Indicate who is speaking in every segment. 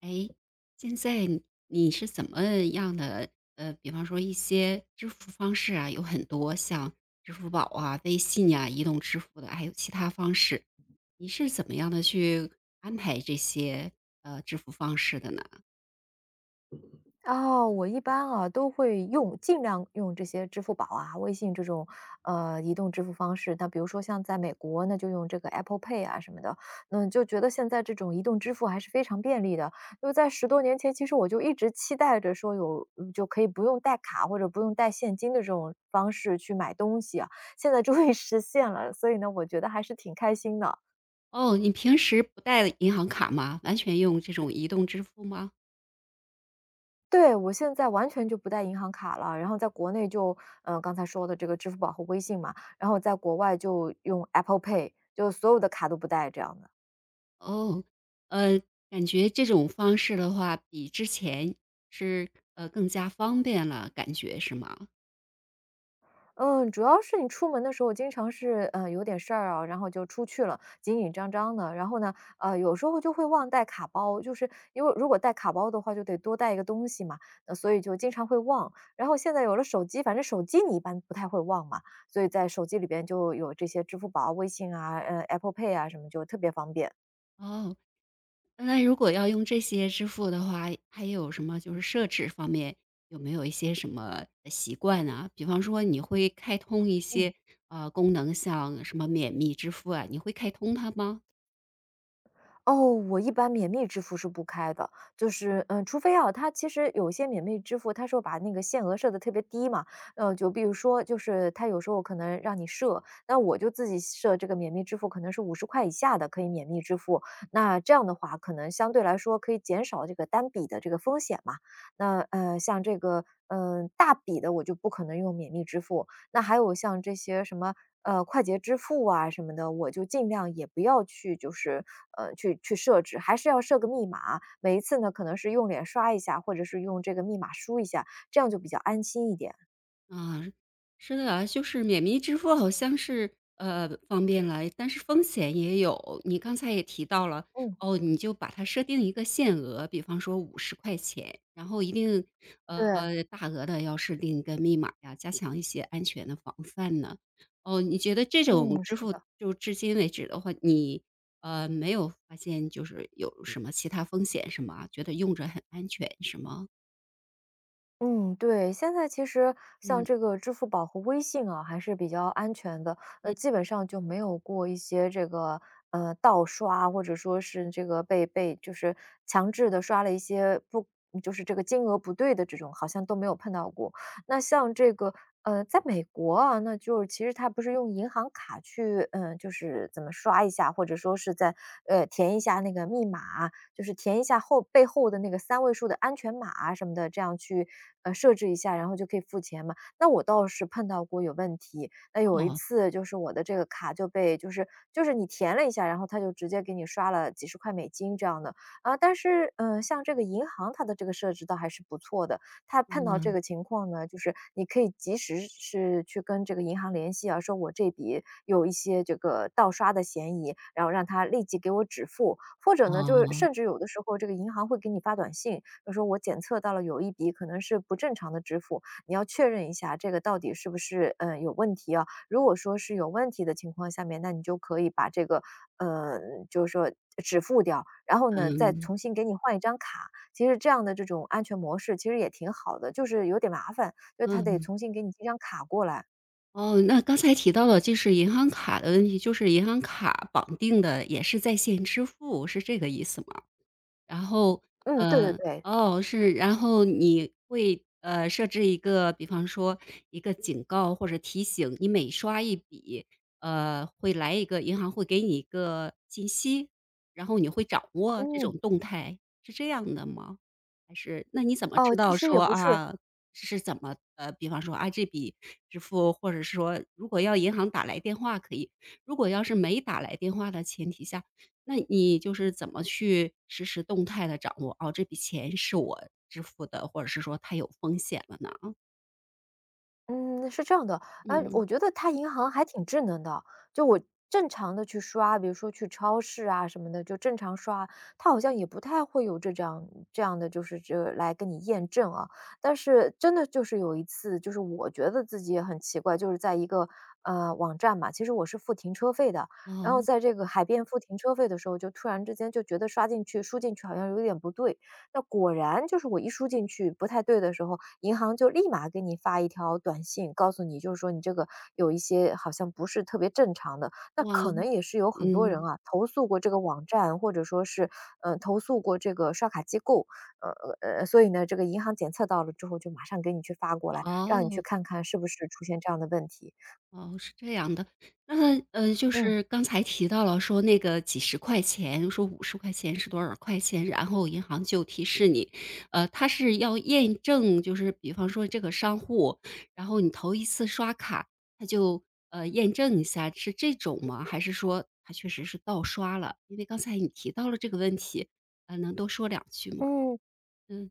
Speaker 1: 哎，现在你是怎么样的？比方说一些支付方式啊，有很多，像支付宝啊、微信呀、移动支付的，还有其他方式。你是怎么样的去安排这些支付方式的呢？
Speaker 2: 哦，我一般啊都会用，尽量用这些支付宝啊、微信这种移动支付方式。那比如说像在美国，那就用这个 Apple Pay 啊什么的。嗯，就觉得现在这种移动支付还是非常便利的。因为在10多年前，其实我就一直期待着说有就可以不用带卡或者不用带现金的这种方式去买东西啊，现在终于实现了，所以呢，我觉得还是挺开心的。
Speaker 1: 哦，你平时不带银行卡吗？完全用这种移动支付吗？
Speaker 2: 对，我现在完全就不带银行卡了，然后在国内就，刚才说的这个支付宝和微信嘛，然后在国外就用 Apple Pay,就所有的卡都不带这样的。
Speaker 1: 哦，呃，感觉这种方式的话，比之前是更加方便了，感觉是吗？
Speaker 2: 嗯，主要是你出门的时候经常是，有点事儿啊，然后就出去了，紧紧张张的。然后呢，有时候就会忘带卡包，就是因为如果带卡包的话，就得多带一个东西嘛，那所以就经常会忘。然后现在有了手机，反正手机你一般不太会忘嘛，所以在手机里边就有这些支付宝啊微信啊、Apple Pay 啊什么，就特别方便。
Speaker 1: 哦，那如果要用这些支付的话，还有什么就是设置方面有没有一些什么习惯啊？比方说你会开通一
Speaker 2: 嗯。
Speaker 1: 些功能，像什么免密支付啊，你会开通它吗？
Speaker 2: 哦，我一般免密支付是不开的，就是除非啊，它其实有一些免密支付，它说把那个限额设的特别低嘛，就比如说，就是它有时候可能让你设，那我就自己设这个免密支付，可能是50块以下的可以免密支付，那这样的话，可能相对来说可以减少这个单笔的这个风险嘛。那像这个大笔的我就不可能用免密支付，那还有像这些什么快捷支付啊什么的，我就尽量也不要去，就是去设置，还是要设个密码。每一次呢，可能是用脸刷一下，或者是用这个密码输一下，这样就比较安心一点。
Speaker 1: 啊，是的啊，就是免密支付好像是方便了，但是风险也有。你刚才也提到了，
Speaker 2: 嗯，
Speaker 1: 哦，你就把它设定一个限额，比方说五十块钱，然后一定
Speaker 2: 对，
Speaker 1: 大额的要设定一个密码呀，加强一些安全的防范呢。哦，你觉得这种
Speaker 2: 嗯，
Speaker 1: 支
Speaker 2: 是
Speaker 1: 付
Speaker 2: 的。
Speaker 1: 就至今为止的话，你没有发现就是有什么其他风险是吗？觉得用着很安全是吗？
Speaker 2: 嗯，对，现在其实像
Speaker 1: 嗯
Speaker 2: 这个支付宝和微信啊，还是比较安全的，
Speaker 1: 嗯
Speaker 2: 基本上就没有过一些这个，盗刷或者说是这个被就是强制的刷了一些不就是这个金额不对的这种，好像都没有碰到过。那像这个，在美国啊，那就是其实它不是用银行卡去，就是怎么刷一下，或者说是在，填一下那个密码，就是填一下后背后的那个3位数的安全码啊什么的，这样去设置一下，然后就可以付钱嘛。那我倒是碰到过有问题，那有一
Speaker 1: 哦
Speaker 2: 次就是我的这个卡就被就是你填了一下，然后他就直接给你刷了几十块美金这样的啊。但是像这个银行它的这个设置倒还是不错的，他碰到这
Speaker 1: 嗯
Speaker 2: 个情况呢，就是你可以及时是去跟这个银行联系啊，说我这笔有一些这个盗刷的嫌疑，然后让他立即给我止付。或者呢，就是
Speaker 1: 哦。
Speaker 2: 甚至有的时候这个银行会给你发短信，就说我检测到了有一笔可能是不正常的支付，你要确认一下这个到底是不是有问题啊？如果说是有问题的情况下面，那你就可以把这个呃就是说止付掉，然后呢再
Speaker 1: 嗯，
Speaker 2: 重新给你换一张卡。其实这样的这种安全模式其实也挺好的，就是有点麻烦，就为他得
Speaker 1: 嗯，
Speaker 2: 重新给你寄张卡过来。
Speaker 1: 哦，那刚才提到了就是银行卡的问题，就是银行卡绑定的也是在线支付，是这个意思吗？然后，
Speaker 2: 嗯，对对对，
Speaker 1: 哦，是，然后你会，设置一个比方说一个警告或者提醒，你每刷一笔，会来一个银行会给你一个信息，然后你会掌握这
Speaker 2: 嗯，
Speaker 1: 种动态，是这样的吗？还是那你怎么
Speaker 2: 哦，
Speaker 1: 知
Speaker 2: 其
Speaker 1: 道
Speaker 2: 实也
Speaker 1: 说，
Speaker 2: 不是
Speaker 1: 啊，是怎么比方说，啊，这笔支付或者是说如果要银行打来电话可以，如果要是没打来电话的前提下，那你就是怎么去实时动态的掌握，哦，这笔钱是我支付的，或者是说它有风险了呢？
Speaker 2: 嗯，是这样的，
Speaker 1: 嗯，
Speaker 2: 我觉得它银行还挺智能的，就我正常的去刷，比如说去超市啊什么的，就正常刷，它好像也不太会有这样的就是这来跟你验证啊。但是真的就是有一次，就是我觉得自己也很奇怪，就是在一个，网站嘛，其实我是付停车费的，然后
Speaker 1: 哦，
Speaker 2: 在这个海边付停车费的时候，就突然之间就觉得刷进去输进去好像有点不对，那果然就是我一输进去不太对的时候，银行就立马给你发一条短信，告诉你就是说你这个有一些好像不是特别正常的，那
Speaker 1: 哇，
Speaker 2: 可能也是有很多人
Speaker 1: 嗯，
Speaker 2: 啊投诉过这个网站，或者说是投诉过这个刷卡机构，呃所以呢，这个银行检测到了之后，就马上给你去发过来，让你去
Speaker 1: 啊。
Speaker 2: 看看是不是出现这样的问题。
Speaker 1: 哦，是这样的。那，就
Speaker 2: 嗯。
Speaker 1: 是刚才提到了说那个几十块钱，说五十块钱是多少块钱，然后银行就提示你，它是要验证，就是比方说这个商户，然后你头一次刷卡，它就，验证一下，是这种吗？还是说它确实是盗刷了？因为刚才你提到了这个问题，能多说两句吗？
Speaker 2: 嗯，
Speaker 1: 嗯，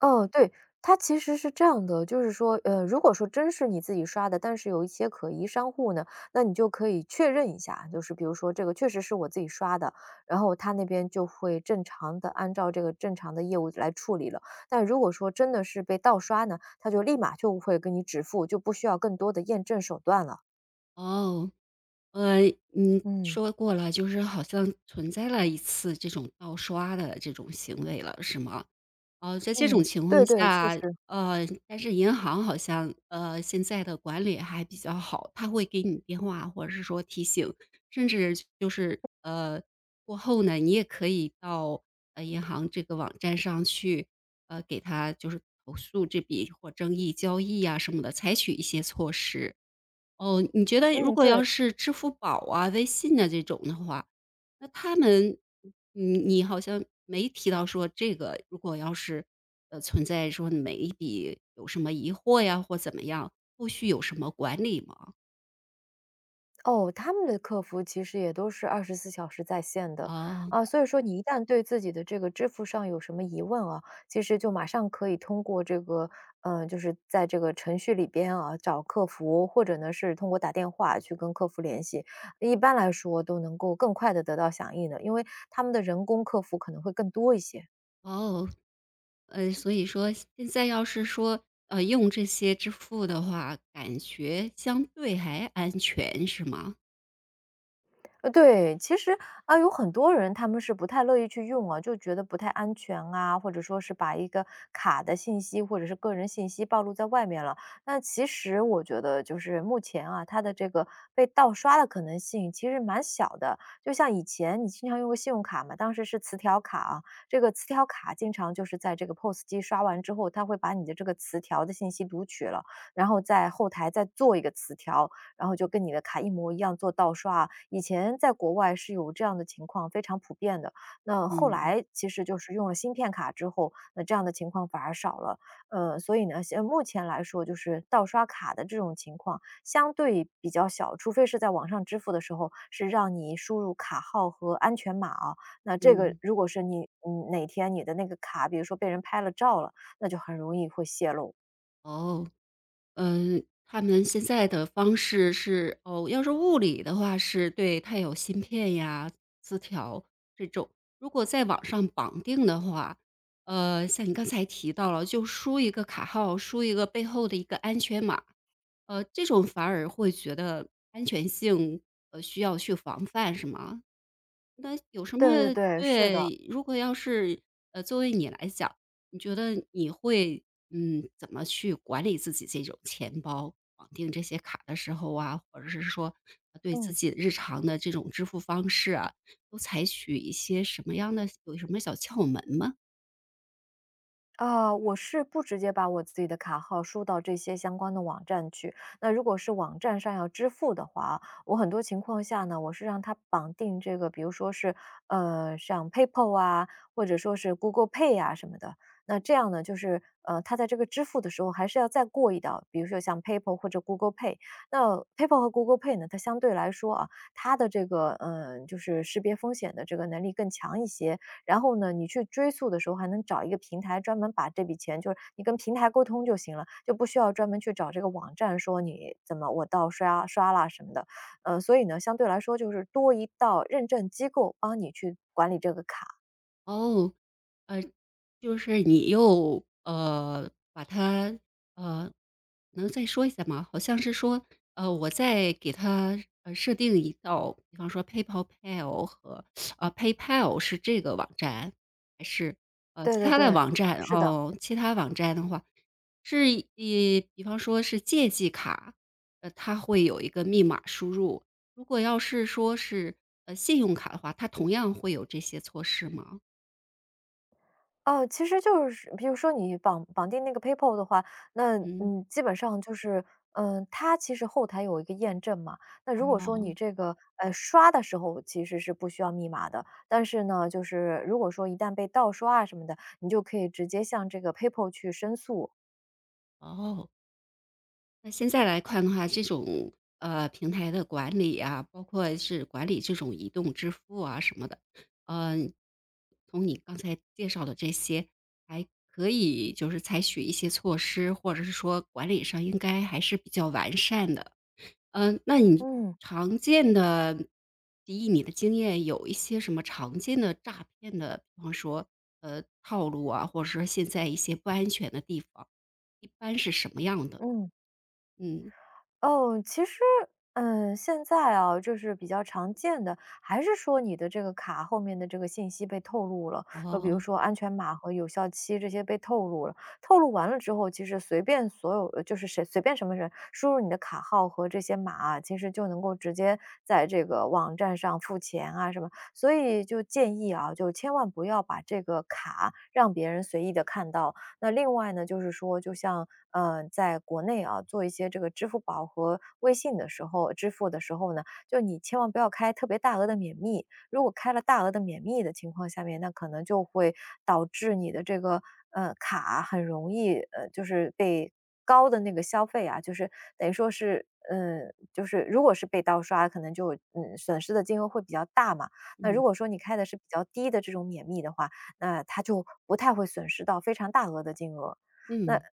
Speaker 2: 哦，对，它其实是这样的，就是说，如果说真是你自己刷的，但是有一些可疑商户呢，那你就可以确认一下，就是比如说这个确实是我自己刷的，然后他那边就会正常的按照这个正常的业务来处理了。但如果说真的是被盗刷呢，他就立马就会给你止付，就不需要更多的验证手段了。
Speaker 1: 哦。呃，你
Speaker 2: 嗯。
Speaker 1: 说过了，就是好像存在了一次这种盗刷的这种行为了，是吗？哦，在这种
Speaker 2: 嗯，
Speaker 1: 情
Speaker 2: 对
Speaker 1: 况
Speaker 2: 对，确实，
Speaker 1: 下，呃，但是银行好像，现在的管理还比较好，他会给你电话或者是说提醒，甚至就是，过后呢，你也可以到，银行这个网站上去，给他就是投诉这笔或争议交易啊什么的，采取一些措施。哦，你觉得如
Speaker 2: 嗯，
Speaker 1: 果
Speaker 2: 对。
Speaker 1: 要是支付宝啊、微信啊这种的话，那他们你好像没提到说这个，如果要是，存在说每一笔有什么疑惑呀或怎么样，后续有什么管理吗？
Speaker 2: 哦，他们的客服其实也都是24小时在线的，
Speaker 1: 哦，
Speaker 2: 啊，所以说你一旦对自己的这个支付上有什么疑问啊，其实就马上可以通过这个，就是在这个程序里边啊，找客服，或者呢是通过打电话去跟客服联系，一般来说都能够更快的得到响应的，因为他们的人工客服可能会更多一些。
Speaker 1: 哦，所以说现在要是说，用这些支付的话，感觉相对还安全是吗？
Speaker 2: 对，其实啊，有很多人他们是不太乐意去用啊，就觉得不太安全啊，或者说是把一个卡的信息或者是个人信息暴露在外面了。那其实我觉得，就是目前啊，它的这个被盗刷的可能性其实蛮小的。就像以前你经常用个信用卡嘛，当时是磁条卡啊，这个磁条卡经常就是在这个 POS 机刷完之后，它会把你的这个磁条的信息读取了，然后在后台再做一个磁条，然后就跟你的卡一模一样做盗刷啊以前在国外是有这样的情况，非常普遍的。那后
Speaker 1: 嗯，
Speaker 2: 来其实就是用了芯片卡之后，那这样的情况反而少了。所以呢，现目前来说就是盗刷卡的这种情况相对比较小，除非是在网上支付的时候是让你输入卡号和安全码啊。那这个
Speaker 1: 嗯，
Speaker 2: 如果是你哪天你的那个卡，比如说被人拍了照了，那就很容易会泄露。
Speaker 1: 哦。嗯，他们现在的方式是哦，要是物理的话是对，它有芯片呀、磁条这种。如果在网上绑定的话，像你刚才提到了，就输一个卡号，输一个背后的一个安全码，这种反而会觉得安全性，需要去防范，是吗？那有什
Speaker 2: 对对
Speaker 1: 么
Speaker 2: 对，是的，
Speaker 1: 对，如果要是，作为你来讲，你觉得你会，怎么去管理自己这种钱包，绑定这些卡的时候啊，或者是说对自
Speaker 2: 嗯。
Speaker 1: 己日常的这种支付方式啊，都采取一些什么样的有什么小窍门吗？
Speaker 2: 啊，我是不直接把我自己的卡号输到这些相关的网站去。那如果是网站上要支付的话啊我很多情况下呢，我是让它绑定这个，比如说是像 PayPal 啊，或者说是 Google Pay 啊什么的。那这样呢，就是它在这个支付的时候还是要再过一道，比如说像 PayPal 或者 Google Pay。那 PayPal 和 Google Pay 呢，它相对来说啊，它的这个就是识别风险的这个能力更强一些。然后呢，你去追溯的时候还能找一个平台专门把这笔钱就是你跟平台沟通就行了，就不需要专门去找这个网站说你怎么我到刷刷啦什么的。所以呢，相对来说就是多一道认证机构帮你去管理这个卡。
Speaker 1: 哦，呃，就是你又把它呃，能再说一下吗？好像是说，我再给它设定一道，比方说 PayPal Pal 和啊 PayPal 是这个网站，还是
Speaker 2: 对
Speaker 1: 其
Speaker 2: 对
Speaker 1: 他的
Speaker 2: 对，
Speaker 1: 网站？
Speaker 2: 是的。
Speaker 1: 哦，其他网站的话是以比方说是借记卡，它会有一个密码输入。如果要是说是信用卡的话，它同样会有这些措施吗？
Speaker 2: 哦，其实就是比如说你绑定那个 PayPal 的话，那
Speaker 1: 嗯，
Speaker 2: 嗯，基本上就是，嗯，它其实后台有一个验证嘛。那如果说你
Speaker 1: 哦，
Speaker 2: 这个刷的时候其实是不需要密码的，但是呢，就是如果说一旦被盗刷啊什么的，你就可以直接向这个 PayPal 去申诉。
Speaker 1: 哦，那现在来看的话，这种平台的管理啊，包括是管理这种移动支付啊什么的，嗯、从你刚才介绍的这些，还可以就是采取一些措施，或者是说管理上应该还是比较完善的。嗯，那你
Speaker 2: 嗯
Speaker 1: 常见的以你的经验有一些什么常见的诈骗的，比方说，套路啊，或者说现在一些不安全的地方，一般是什么样的？
Speaker 2: 嗯。
Speaker 1: 嗯，
Speaker 2: 哦，其实，嗯，现在啊，就是比较常见的，还是说你的这个卡后面的这个信息被透露了，就比如
Speaker 1: 哦，
Speaker 2: 说安全码和有效期这些被透露了，透露完了之后，其实随便所有就是谁随便什么人输入你的卡号和这些码啊，其实就能够直接在这个网站上付钱啊什么，所以就建议啊，就千万不要把这个卡让别人随意的看到了。那另外呢，就是说，就像在国内啊，做一些这个支付宝和微信的时候，支付的时候呢，就你千万不要开特别大额的免密。如果开了大额的免密的情况下面，那可能就会导致你的这个卡很容易就是被高的那个消费啊，就是等于说是。嗯，就是如果是被盗刷，可能就嗯损失的金额会比较大嘛。那如
Speaker 1: 嗯，
Speaker 2: 果说你开的是比较低的这种免密的话，那他就不太会损失到非常大额的金额，
Speaker 1: 嗯，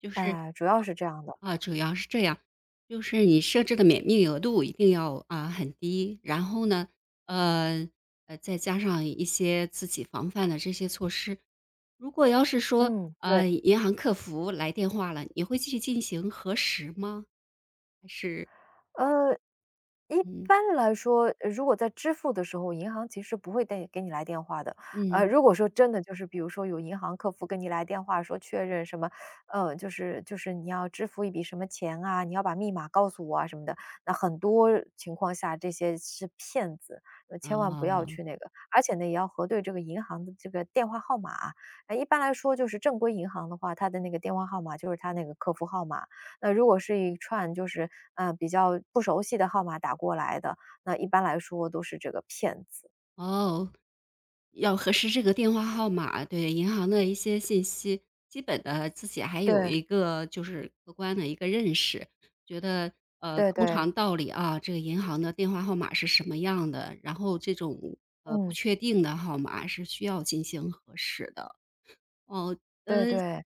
Speaker 1: 就是
Speaker 2: 哎，主要是这样的。
Speaker 1: 啊，主要是这样，就是你设置的免密额度一定要啊很低，然后呢，呃再加上一些自己防范的这些措施。如果要是说
Speaker 2: 嗯，对。
Speaker 1: 银行客服来电话了，你会去进行核实吗？还是
Speaker 2: 呃，一
Speaker 1: 嗯
Speaker 2: 般来说，如果在支付的时候，银行其实不会带给你来电话的。
Speaker 1: 嗯
Speaker 2: 如果说真的就是比如说有银行客服跟你来电话说确认什么，就是你要支付一笔什么钱啊，你要把密码告诉我啊什么的，那很多情况下这些是骗子，千万不要
Speaker 1: 啊？
Speaker 2: 去那个。而且呢，也要核对这个银行的这个电话号码啊。一般来说就是正规银行的话，它的那个电话号码就是它那个客服号码。那如果是一串就是，比较不熟悉的号码打过来的，那一般来说都是这个骗子。
Speaker 1: 哦，要核实这个电话号码，对，银行的一些信息，基本的自己还有
Speaker 2: 对，
Speaker 1: 一个就是客观的一个认识，觉得，
Speaker 2: 对
Speaker 1: 通
Speaker 2: 对，
Speaker 1: 常道理啊，这个银行的电话号码是什么样的，然后这种，不
Speaker 2: 嗯，
Speaker 1: 确定的号码是需要进行核实的。哦，呃
Speaker 2: 对对，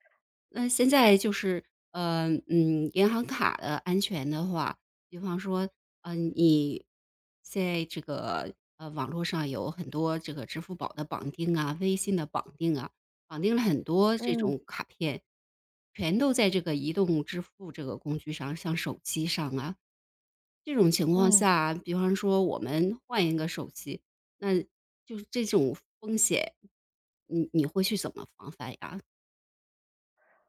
Speaker 1: 那现在就是，银行卡的安全的话，比方说，你在这个网络上有很多这个支付宝的绑定啊，微信的绑定啊，绑定了很多这
Speaker 2: 嗯，
Speaker 1: 种卡片，全都在这个移动支付这个工具上，像手机上啊。这种情况
Speaker 2: 嗯。
Speaker 1: 下，比方说我们换一个手机，那就是这种风险，你会去怎么防范呀？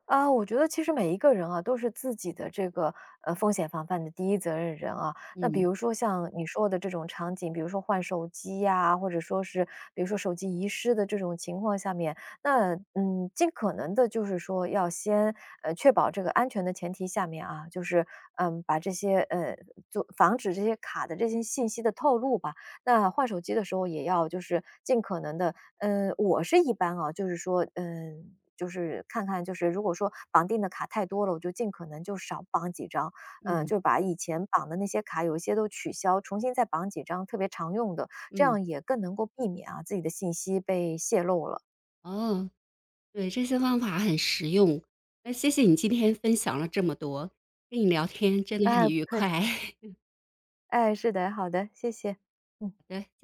Speaker 2: 啊，我觉得其实每一个人啊，都是自己的这个风险防范的第一责任人啊。那比
Speaker 1: 嗯
Speaker 2: 如说像你说的这种场景，比如说换手机呀、或者说是比如说手机遗失的这种情况下面，那嗯，尽可能的就是说要先确保这个安全的前提下面啊，就是嗯把这些做防止这些卡的这些信息的透露吧。那换手机的时候也要就是尽可能的，嗯，我是一般啊，就是说，嗯，就是看看就是如果说绑定的卡太多了，我就尽可能就少绑几张，嗯，
Speaker 1: 嗯
Speaker 2: 就把以前绑的那些卡有一些都取消，重新再绑几张特别常用的，这
Speaker 1: 嗯。
Speaker 2: 样也更能够避免啊，自己的信息被泄露了。
Speaker 1: 哦，对，这些方法很实用。那谢谢你今天分享了这么多，跟你聊天真的很
Speaker 2: 哎，不
Speaker 1: 愉
Speaker 2: 客
Speaker 1: 快。
Speaker 2: 气。哎，是的，好的，谢谢。嗯。
Speaker 1: 好的。